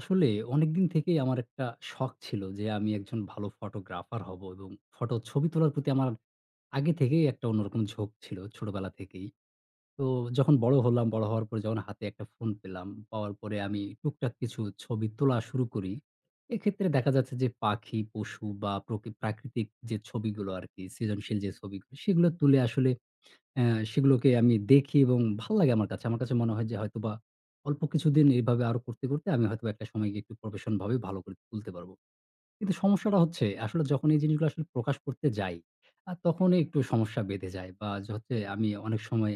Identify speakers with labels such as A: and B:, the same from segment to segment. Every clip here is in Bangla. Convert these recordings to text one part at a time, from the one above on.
A: আসলে অনেকদিন থেকেই আমার একটা শখ ছিল যে আমি একজন ভালো ফটোগ্রাফার হব এবং ফটো ছবি তোলার প্রতি আমার আগে থেকেই একটা অন্যরকম ঝোঁক ছিল ছোটবেলা থেকেই। তো যখন বড় হলাম, বড় হওয়ার পরে যখন হাতে একটা ফোন পেলাম, পাওয়ার পরে আমি টুকটাক কিছু ছবি তোলা শুরু করি। এক্ষেত্রে দেখা যাচ্ছে যে পাখি, পশু বা প্রাকৃতিক যে ছবিগুলো আরকি সৃজনশীল যে ছবিগুলো সেগুলো তুলে আসলে হ্যাঁ, সেগুলোকে আমি দেখি এবং ভাল লাগে আমার কাছে। আমার কাছে মনে হয় যে হয়তোবা অল্প কিছুদিন এভাবে আরো করতে, করতে আমি হয়তোবা একটা সময় গিয়ে একটু প্রফেশন ভাবে ভালো করে তুলতে পারব। কিন্তু সমস্যাটা হচ্ছে আসলে যখন এই জিনিসগুলো আসলে প্রকাশ করতে যাই, তখনই একটু সমস্যা বেঁধে যায় বা যে হচ্ছে আমি অনেক সময়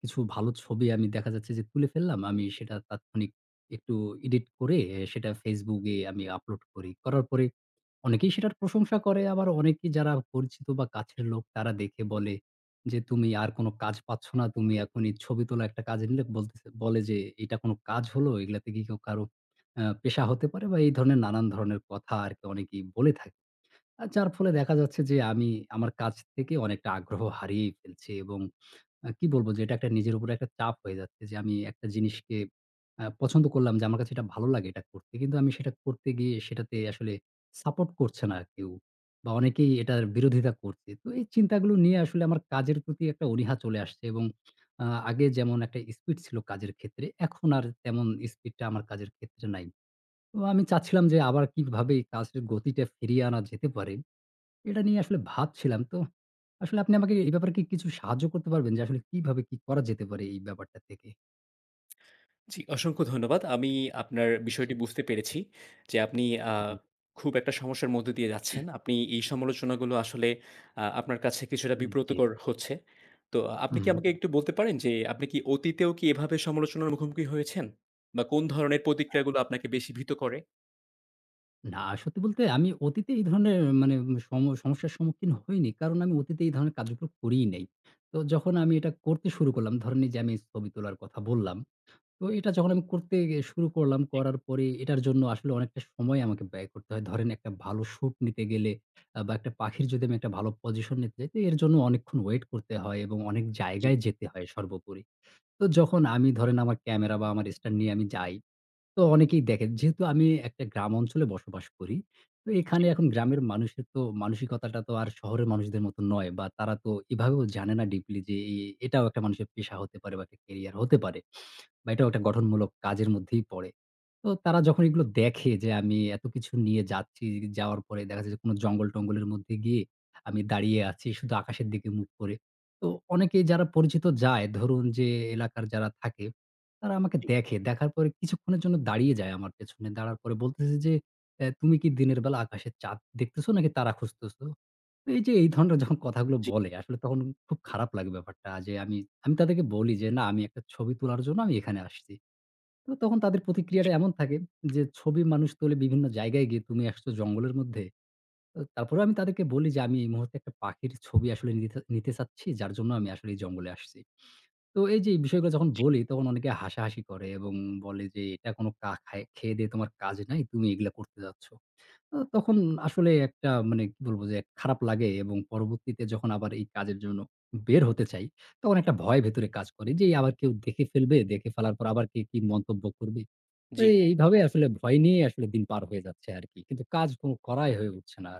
A: কিছু ভালো ছবি আমি দেখা যাচ্ছে যে তুলে ফেললাম। আমি সেটা তাৎক্ষণিক একটু এডিট করে সেটা Facebook এ আমি আপলোড করি। করার পরে অনেকেই সেটার প্রশংসা করে আবার অনেকেই যারা পরিচিত বা কাছের লোক তারা দেখে বলে যে, "তুমি আর কোনো কাজ পাচ্ছ না। তুমি এখনই ছবি তোলা একটা কাজে নিলে" বলতেছে বলে যে, "এটা কোনো কাজ হলো? এগুলাতে কি কেউ কারো পেশা হতে পারে?" বা এই ধরনের নানান ধরনের কথা আরকি অনেকেই বলে থাকে। আর যার ফলে দেখা যাচ্ছে যে আমি আমার কাজ থেকে অনেকটা আগ্রহ হারিয়েই ফেলছি এবং কি বলবো যে এটা একটা নিজের উপরে একটা চাপ হয়ে যাচ্ছে যে আমি একটা জিনিসকে পছন্দ করলাম যে আমার কাছে এটা ভালো লাগে এটা করতে। কিন্তু আমি সেটা করতে গিয়ে সেটাতে আসলে সাপোর্ট করছে না কেউ বা অনেকেই এটার বিরোধিতা করছে। তো এই চিন্তাগুলো নিয়ে আসলে আমার কাজের প্রতি একটা অনীহা চলে আসছে এবং আগে যেমন একটা স্পিড ছিল কাজের ক্ষেত্রে, এখন আর তেমন স্পিডটা আমার কাজের ক্ষেত্রে নাই। তো আমি চাচ্ছিলাম যে আবার কিভাবে এই কাজের গতিটা ফিরিয়ে আনা যেতে পারে? এটা নিয়ে আসলে ভাবছিলাম। তো আসলে আপনি আমাকে এই ব্যাপারে কি কিছু সাহায্য করতে পারবেন? যে আসলে কিভাবে কি করা যেতে পারে এই ব্যাপারটা থেকে?
B: জি, অসংখ্য ধন্যবাদ। আমি আপনার
A: জি,
B: বিষয়টি বুঝতে পেরেছি যে, আপনি আ
A: হুম,
B: খুব একটা সমস্যার মধ্য দিয়ে যাচ্ছেন। আপনি এই সমালোচনাগুলো আসলে আপনার কাছে কিছুটা
A: হুম, জি,
B: বিব্রতকর হচ্ছে। তো আপনি কি
A: হুম।
B: আমাকে একটু বলতে পারেন যে, আপনি কি অতীতেও এভাবে সমালোচনার মুখোমুখি হয়েছেন? বা কোন ধরনের
A: আ
B: প্রতিক্রিয়াগুলো আপনাকে বেশি ভীত করে?
A: না সত্যি বলতে আমি অতীতে এই ধরনের মানে সমস্যার সম্মুখীন হইনি। কারণ আমি অতীতে এই ধরনের কাজগুলো করিই নাই। তো যখন আমি এটা করতে শুরু করলাম, ধরেন এই যে আমি ছবি তোলার কথা বললাম। তো এটা যখন আমি করতে গিয়ে শুরু করলাম, করার পরে এটার জন্য আসলে অনেকটা সময় আমাকে ব্যয় করতে হয়। ধরেন একটা ভালো শুট নিতে গেলে বা একটা পাখির যদি আমি একটা ভালো পজিশন নিতে যাই, তো এর জন্য অনেকক্ষণ ওয়েট করতে হয় এবং অনেক
B: জি,
A: জায়গায় যেতে হয় সর্বোপরি। তো যখন আমি ধরেন আমার ক্যামেরা বা আমার স্ট্যান্ড নিয়ে আমি যাই তো অনেকেই দেখেন। যেহেতু আমি একটা গ্রাম অঞ্চলে বসবাস করি। তো এখানে এখন গ্রামের মানুষের তো মানসিকতাটা তো আর শহরের মানুষদের মতো নয় বা তারা তো এভাবেও জানে না ডিপলি যে এটাও একটা মানুষের পেশা হতে পারে বা একটা ক্যারিয়ার হতে পারে। বা এটাও একটা গঠনমূলক কাজের মধ্যেই পড়ে। তো তারা যখন এগুলো দেখে যে আমি এত কিছু নিয়ে যাচ্ছি, যাওয়ার পরে দেখা যাচ্ছে যে কোনো জঙ্গল-টঙ্গলের মধ্যে গিয়ে আমি দাঁড়িয়ে আছি শুধু আকাশের দিকে মুখ করে। তো অনেকেই যারা পরিচিত যায় ধরুন যে এলাকার যারা থাকে তারা আমাকে দেখে। দেখার পরে কিছুক্ষণের জন্য দাঁড়িয়ে যায় আমার পেছনে। দাঁড়ার পরে বলতেছে যে, "অ্যা তুমি কি দিনের বেলা আকাশে চাঁদ দেখতেছো নাকি তারা খুঁজতেছো?" তো এই যে এই ধরনের যখন কথাগুলো বলে আসলে তখন খুব খারাপ লাগে ব্যাপারটা। আমি তাদেরকে বলি যে, "না আমি একটা ছবি তোলার জন্য আমি এখানে আসছি।" তো তখন তাদের প্রতিক্রিয়াটা এমন থাকে যে, "ছবি মানুষ তোলে বিভিন্ন জায়গায় গিয়ে, তুমি আসছো জঙ্গলের মধ্যে?" তো তারপরেও আমি তাদেরকে বলি যে, "আমি এই মুহূর্তে একটা পাখির ছবি আসলে নিতে নিতে চাচ্ছি। যার জন্য আমি আসলে এই জঙ্গলে আসছি।" তো এই যে এই বিষয়গুলো যখন বলি, তখন অনেকে হাসাহাসি করে এবং বলে যে, "এটা কোনো খায় খেয়ে দেয়ে তোমার কাজ নাই। তুমি এগুলা করতে যাচ্ছ।" তো তখন আসলে একটা মানে কি বলবো যে খারাপ লাগে এবং পরবর্তীতে যখন আবার এই কাজের জন্য বের হতে চাই, তখন একটা ভয় ভেতরে কাজ করে যে, আবার কেউ দেখে ফেলবে। দেখে ফেলার পর আবার কে কি মন্তব্য করবে। তো
B: জি।
A: এইভাবে আসলে ভয় নিয়ে আসলে দিন পার হয়ে যাচ্ছে আরকি। কিন্তু কাজ কোন করাই হয়ে উঠছে না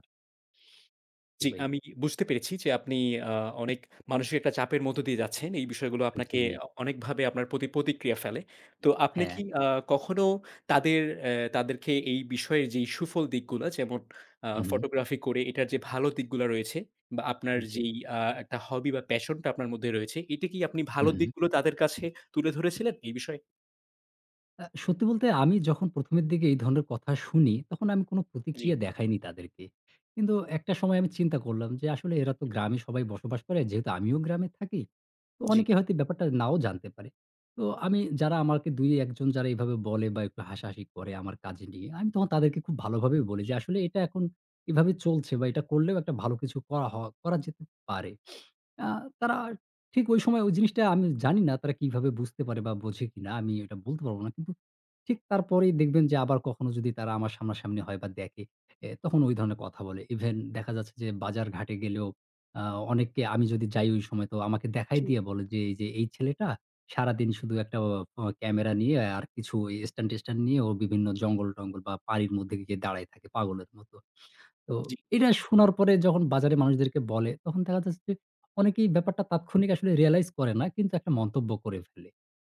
A: আরকি
B: জি,
A: ভাই।
B: আমি বুঝতে পেরেছি যে আপনি আ অনেক মানসিক একটা চাপের মধ্য দিয়ে যাচ্ছেন। এই বিষয়গুলো আপনাকে
A: জি,
B: অনেকভাবে আপনার প্রতি প্রতিক্রিয়া ফেলে। তো আপনি
A: হ্যাঁ।
B: কি কখনো তাদেরকে এই বিষয়ের যেই সুফল দিকগুলা যেমন
A: হু, হু।
B: ফটোগ্রাফি করে এটার যে ভালো দিকগুলা রয়েছে বা আপনার
A: জি।
B: যেই একটা হবি বা প্যাশন টা আপনার মধ্যে রয়েছে, এটা কি আপনি
A: হু,
B: ভালো
A: হু।
B: দিকগুলো তাদের কাছে তুলে ধরেছিলেন এই বিষয়ে?
A: সত্যি বলতে আমি যখন ১ম এর দিকে এই ধরনের কথা শুনি, তখন আমি কোনো
B: জি,
A: প্রতিক্রিয়া দেখাইনি তাদেরকে। কিন্তু একটা সময় আমি চিন্তা করলাম যে আসলে এরা তো গ্রামে সবাই বসবাস করে। যেহেতু আমিও গ্রামে থাকি, তো
B: জি,
A: অনেকে হয়তো ব্যাপারটা নাও জানতে পারে। তো আমি যারা আমাকে ২-১ জন যারা এভাবে বলে বা একটু হাসাহাসি করে আমার কাজে নিয়ে, আমি তখন তাদেরকে খুব ভালোভাবেই বলি যে আসলে এটা এখন এভাবে চলছে বা এটা করলেও একটা ভালো কিছু করা করা যেতে পারে। আ তারা ঠিক ওই সময় ওই জিনিসটা আমি জানি না তারা কিভাবে বুঝতে পারে বা বোঝে কিনা আমি এটা বলতে পারব না। কিন্তু ঠিক তারপরেই দেখবেন যে আবার কখনো যদি তারা আমার সামনাসামনি হয় বা দেখে, তখন ওই ধরনের কথা বলে। ইভেন দেখা যাচ্ছে যে বাজার ঘাটে গেলেও আ অনেককে আমি যদি যাই ওই সময় তো আমাকে দেখাই দিয়ে বলে যে, "এই যে এই ছেলেটা সারাদিন শুধু একটা অ অ ক্যামেরা নিয়ে আর কিছু স্ট্যান্ড-টেস্ট্যান্ড নিয়ে ও বিভিন্ন জঙ্গল-টঙ্গল বা পাড়ির মধ্যে গিয়ে দাঁড়ায় থাকে পাগলের মতো।" তো
B: জি,
A: এটা শোনার পরে যখন বাজারে মানুষদেরকে বলে, তখন দেখা যাচ্ছে যে অনেকেই ব্যাপারটা তাৎক্ষণিক আসলে রিয়ালাইজ করে না। কিন্তু একটা মন্তব্য করে ফেলে।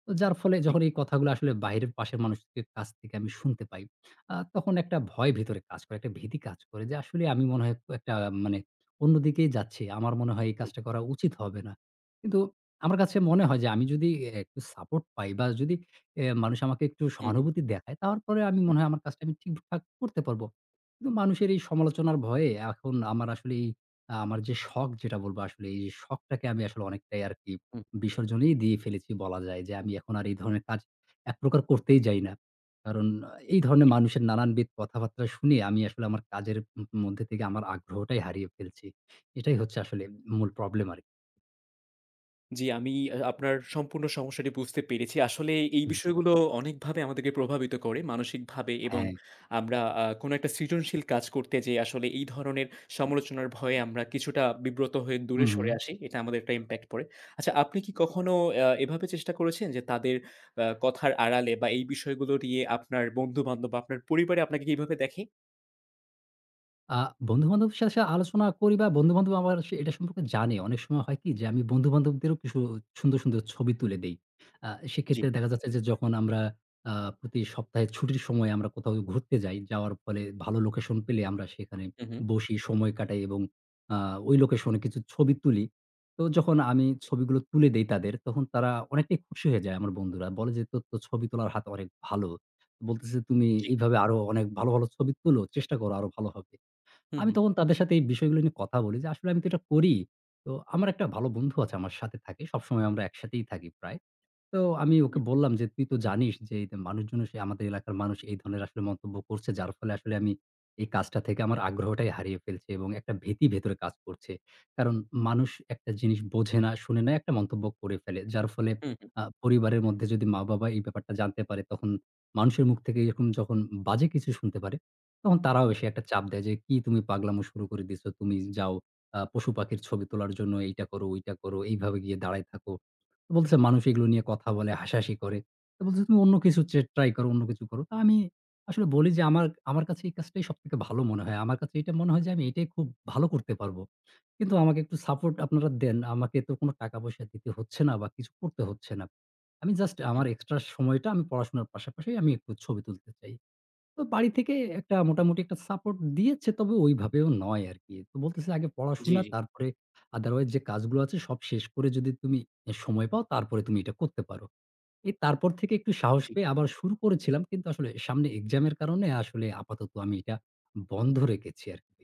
A: তো যার ফলে
B: জি,
A: যখন এই কথাগুলো আসলে বাইরের পাশের মানুষের কাছ থেকে আমি শুনতে পাই, তখন একটা ভয় ভেতরে কাজ করে, একটা ভীতি কাজ করে যে আসলে আমি মনে হয় একটা মানে অন্যদিকেই যাচ্ছি। আমার মনে হয় এই
B: জি।
A: কাজটা করা উচিত হবে না। কিন্তু আমার কাছে মনে হয় যে আমি যদি একটু সাপোর্ট পাই বা যদি মানুষ আমাকে একটু
B: হুম, হুম,
A: সহানুভূতি দেখায়, তারপরে
B: হুম,
A: আমি মনে
B: হুম।
A: হয় আমার কাজটা আমি ঠিকঠাক করতে পারবো। কিন্তু মানুষের এই সমালোচনার ভয়ে এখন আমার আসলে এই আমার যে শখ যেটা বলবো আসলে এই শখটাকে আমি আসলে অনেকটাই আরকি বিসর্জনই দিয়ে ফেলেছি বলা যায় যে, আমি এখন আর এই ধরনের কাজ একপ্রকার করতেই যাই না। কারণ এই ধরনের মানুষের নানানবিধ কথাবার্তা শুনে আমি আসলে আমার কাজের মধ্যে থেকে আমার আগ্রহটাই হারিয়ে ফেলছি। এটাই হচ্ছে আসলে মূল প্রবলেম আরকি।
B: জি, আমি আপনার সম্পূর্ণ সমস্যাটি বুঝতে পেরেছি। আসলে এই
A: জি।
B: বিষয়গুলো অনেকভাবে আমাদেরকে প্রভাবিত করে মানসিকভাবে এবং
A: হ্যাঁ।
B: আমরা কোনো একটা সৃজনশীল কাজ করতে যেয়ে আসলে এই ধরনের সমালোচনার ভয়ে আমরা কিছুটা বিব্রত হয়ে দূরে
A: হুম, হুম।
B: সরে আসি। এটা আমাদের একটা ইমপ্যাক্ট পড়ে। আচ্ছা, আপনি কি কখনো এভাবে চেষ্টা করেছেন যে তাদের কথার আড়ালে বা এই বিষয়গুলো নিয়ে আপনার বন্ধু-বান্ধব বা আপনার পরিবারে আপনাকে কিভাবে দেখে?
A: আ বন্ধু-বান্ধবের সাথে, সাথে আলোচনা করি বা বন্ধু-বান্ধব আমার সে এটা সম্পর্কে জানে। অনেক সময় হয় কি যে আমি বন্ধু-বান্ধবদেরও কিছু সুন্দর, সুন্দর ছবি তুলে দেই।
B: জি।
A: সেক্ষেত্রে দেখা যাচ্ছে যে যখন আমরা আ প্রতি সপ্তাহে ছুটির সময় আমরা কোথাও ঘুরতে যাই, যাওয়ার ফলে ভালো লোকেশন পেলে আমরা সেখানে
B: হু, হু।
A: বসি, সময় কাটাই এবং আ ওই লোকেশনে কিছু ছবি তুলি। তো যখন আমি ছবিগুলো তুলে দেই তাদের, তখন তারা অনেকটাই খুশি হয়ে যায় আমার বন্ধুরা। বলে যে, "তোর তো ছবি তোলার হাত অনেক ভালো।" বলতেছে, "তুমি এইভাবে আরো অনেক ভালো, ভালো ছবি তোলো। চেষ্টা করো আরো ভালো হবে।"
B: হু,
A: আমি
B: হু।
A: তখন তাদের সাথে এই বিষয়গুলো নিয়ে কথা বলি যে, "আসলে আমি তো এটা করি।" তো আমার একটা ভালো বন্ধু আছে আমার সাথে থাকে। সবসময় আমরা একসাথেই থাকি প্রায়। তো আমি
B: হু,
A: ওকে বললাম যে, "তুই তো জানিস যে এই মানুষজন সে আমাদের এলাকার মানুষ এই ধরনের আসলে মন্তব্য করছে। যার ফলে আসলে আমি এই কাজটা থেকে আমার আগ্রহটাই হারিয়ে ফেলছি এবং একটা ভীতি ভেতরে কাজ করছে। কারণ মানুষ একটা জিনিস বোঝে না, শুনে না একটা মন্তব্য করে ফেলে। যার ফলে
B: হু, হু,
A: পরিবারের মধ্যে যদি মা-বাবা এই ব্যাপারটা জানতে পারে তখন মানুষের মুখ থেকে এরকম যখন বাজে কিছু শুনতে পারে, তখন তারাও এসে একটা চাপ দেয় যে, "কি তুমি পাগলামো শুরু করে দিছো। তুমি যাও পশু-পাখির ছবি তোলার জন্য এইটা করো, ওইটা করো। এইভাবে গিয়ে দাঁড়ায় থাকো।" তো বলতেছে মানুষ এগুলো নিয়ে কথা বলে, হাসাহাসি করে। তো বলতেছে, "তুমি অন্য কিছু ট্রাই করো, অন্য কিছু করো।" তো আমি আসলে বলি যে, "আমার কাছে এই কাজটাই সবথেকে ভালো মনে হয়। আমার কাছে এটা মনে হয় যে আমি এটাই খুব ভালো করতে পারবো। কিন্তু আমাকে একটু সাপোর্ট আপনারা দেন। আমাকে তো কোনো টাকা-পয়সা দিতে হচ্ছে না বা কিছু করতে হচ্ছে না। আমি জাস্ট
B: হু।
A: আমার এক্সট্রা সময়টা আমি পড়াশোনার পাশাপাশি আমি একটু ছবি তুলতে চাই।" তো বাড়ি থেকে একটা মোটামুটি একটা সাপোর্ট দিয়েছে, তবে ওইভাবেও নয় আরকি। তো বলতেছে আগে
B: জি,
A: পড়াশোনা
B: জি,
A: তারপরে otherwise যে কাজগুলো আছে সব শেষ করে যদি তুমি সময় পাও তারপরে তুমি এটা করতে পারো। এই তারপর থেকে একটু সাহস
B: জি।
A: পেয়ে আবার শুরু করেছিলাম কিন্তু আসলে সামনে এক্সামের কারণে আসলে আপাতত আমি এটা বন্ধ রেখেছি আরকি।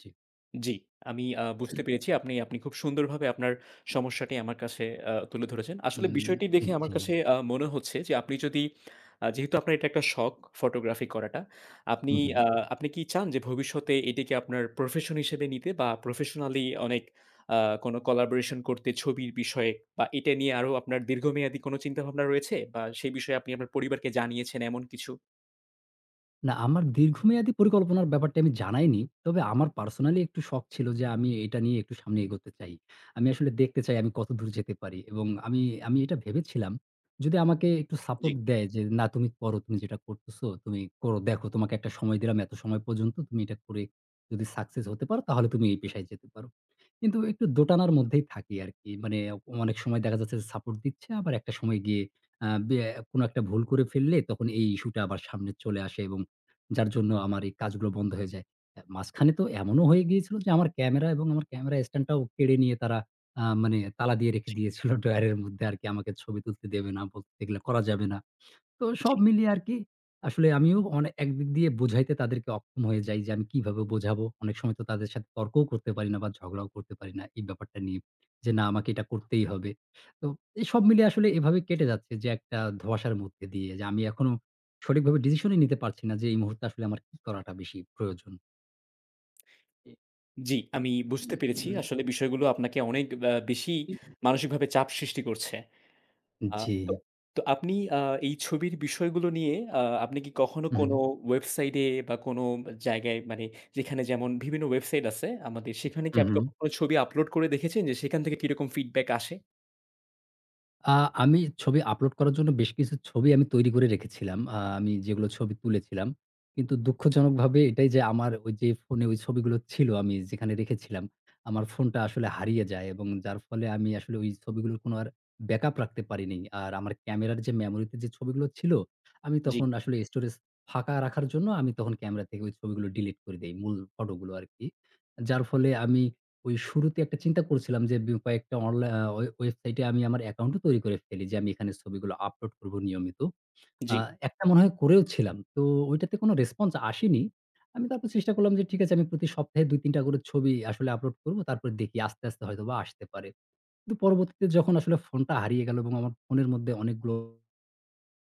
A: জি।
B: জি, আমি বুঝতে পেরেছি। আপনি আপনি খুব সুন্দরভাবে আপনার সমস্যাটি আমার কাছে তুলে ধরেছেন। আসলে বিষয়টি
A: উম
B: দেখে আমার
A: জি।
B: কাছে মনে হচ্ছে যে আপনি যদি যেহেতু আপনার এটা একটা শখ ফটোগ্রাফি করাটা। আপনি
A: হুম, হুম।
B: আ আপনি কি চান যে ভবিষ্যতে এটিকে আপনার প্রফেশন হিসেবে নিতে বা প্রফেশনালি অনেক আ কোনো collaboration করতে ছবির বিষয়ে বা এটা নিয়ে আরো আপনার দীর্ঘমেয়াদী কোনো চিন্তাভাবনা রয়েছে বা সেই বিষয়ে আপনি আপনার পরিবারকে জানিয়েছেন এমন কিছু?
A: না, আমার দীর্ঘমেয়াদী পরিকল্পনার ব্যাপারটি আমি জানাইনি। তবে আমার পার্সোনালি একটু শখ ছিল যে আমি এটা নিয়ে একটু সামনে এগোতে চাই। আমি আসলে দেখতে চাই আমি কতদূর যেতে পারি এবং আমি আমি এটা ভেবেছিলাম যদি আমাকে একটু
B: জি।
A: সাপোর্ট দেয় যে, "না তুমি করো, তুমি যেটা করতেছো তুমি করো। দেখো তোমাকে একটা সময় দিলাম এত সময় পর্যন্ত তুমি এটা করে যদি সাকসেস হতে পারো তাহলে তুমি এই পেশায় যেতে পারো।" কিন্তু একটু দোটানার মধ্যেই থাকি আরকি। মানে অনেক সময় দেখা যাচ্ছে যে সাপোর্ট দিচ্ছে, আবার একটা সময় গিয়ে আ বে কোনো একটা ভুল করে ফেললে তখন এই ইস্যুটা আবার সামনে চলে আসে এবং যার জন্য আমার এই কাজগুলো বন্ধ হয়ে যায়। মাঝখানে তো এমনও হয়ে গিয়েছিল যে আমার ক্যামেরা এবং আমার ক্যামেরা স্ট্যান্ডটাও কেড়ে নিয়ে তারা মানে তালা দিয়ে রেখে দিয়েছিল ড্রয়ারের মধ্যে আরকি। আমাকে ছবি তুলতে দেবে না, বলতে এগুলো করা যাবে না। তো সব মিলিয়ে আরকি আসলে আমিও একদিক দিয়ে বোঝাইতে তাদেরকে অক্ষম হয়ে যাই যে আমি কিভাবে বোঝাবো। অনেক সময় তো তাদের সাথে তর্কও করতে পারি না বা ঝগড়াও করতে পারি না এই ব্যাপারটা নিয়ে। যে না আমাকে এটা করতেই হবে। তো এই সব মিলিয়ে আসলে এভাবে কেটে যাচ্ছে যে একটা ধোঁয়াশার মধ্যে দিয়ে যে আমি এখনো সঠিকভাবে ডিসিশনই নিতে পারছি না যে এই মুহূর্তে আসলে আমার কি করাটা বেশি প্রয়োজন।
B: জি, আমি বুঝতে পেরেছি। আসলে বিষয়গুলো আপনাকে অনেক বেশি মানসিকভাবে চাপ সৃষ্টি করছে। আ
A: জি।
B: তো তো আপনি এই ছবির বিষয়গুলো নিয়ে আপনি কি কখনো
A: হুম,
B: কোনো ওয়েবসাইটে বা কোনো জায়গায় মানে যেখানে যেমন বিভিন্ন ওয়েবসাইট আছে আমাদের সেখানে কি আপনি
A: হুম।
B: কখনো ছবি আপলোড করে দেখেছেন যে সেখান থেকে কিরকম ফিডব্যাক আসে?
A: আ আমি ছবি আপলোড করার জন্য বেশ কিছু ছবি আমি তৈরি করে রেখেছিলাম। আমি যেগুলো ছবি তুলেছিলাম। কিন্তু দুঃখজনকভাবে এটাই যে আমার ওই যে ফোনে ওই ছবিগুলো ছিল আমি যেখানে রেখেছিলাম, আমার ফোনটা আসলে হারিয়ে যায় এবং যার ফলে আমি আসলে ওই ছবিগুলোর কোনো আর ব্যাকআপ রাখতে পারিনি। আর আমার ক্যামেরার যে মেমোরিতে যে ছবিগুলো ছিল, আমি
B: জি,
A: তখন আসলে স্টোরেজ ফাঁকা রাখার জন্য আমি তখন ক্যামেরা থেকে ওই ছবিগুলো ডিলিট করে দেই। মূল ফটোগুলো আরকি। যার ফলে আমি ওই শুরুতে একটা চিন্তা করছিলাম যে কয়েকটা অনলা ওয়ে ওয়েবসাইটে আমি আমার অ্যাকাউন্টও তৈরি করে ফেলি যে আমি এখানে ছবিগুলো আপলোড করব নিয়মিত। আ
B: জি।
A: একটা মনে হয় করেও ছিলাম। তো ওইটাতে কোনো রেসপন্স আসেনি। আমি তারপর চেষ্টা করলাম যে ঠিক আছে আমি প্রতি সপ্তাহে ২-৩ টা করে ছবি আসলে আপলোড করব। তারপর দেখি আস্তে, আস্তে হয়তোবা আসতে পারে। কিন্তু পরবর্তীতে যখন আসলে ফোনটা হারিয়ে গেল এবং আমার ফোনের মধ্যে অনেকগুলো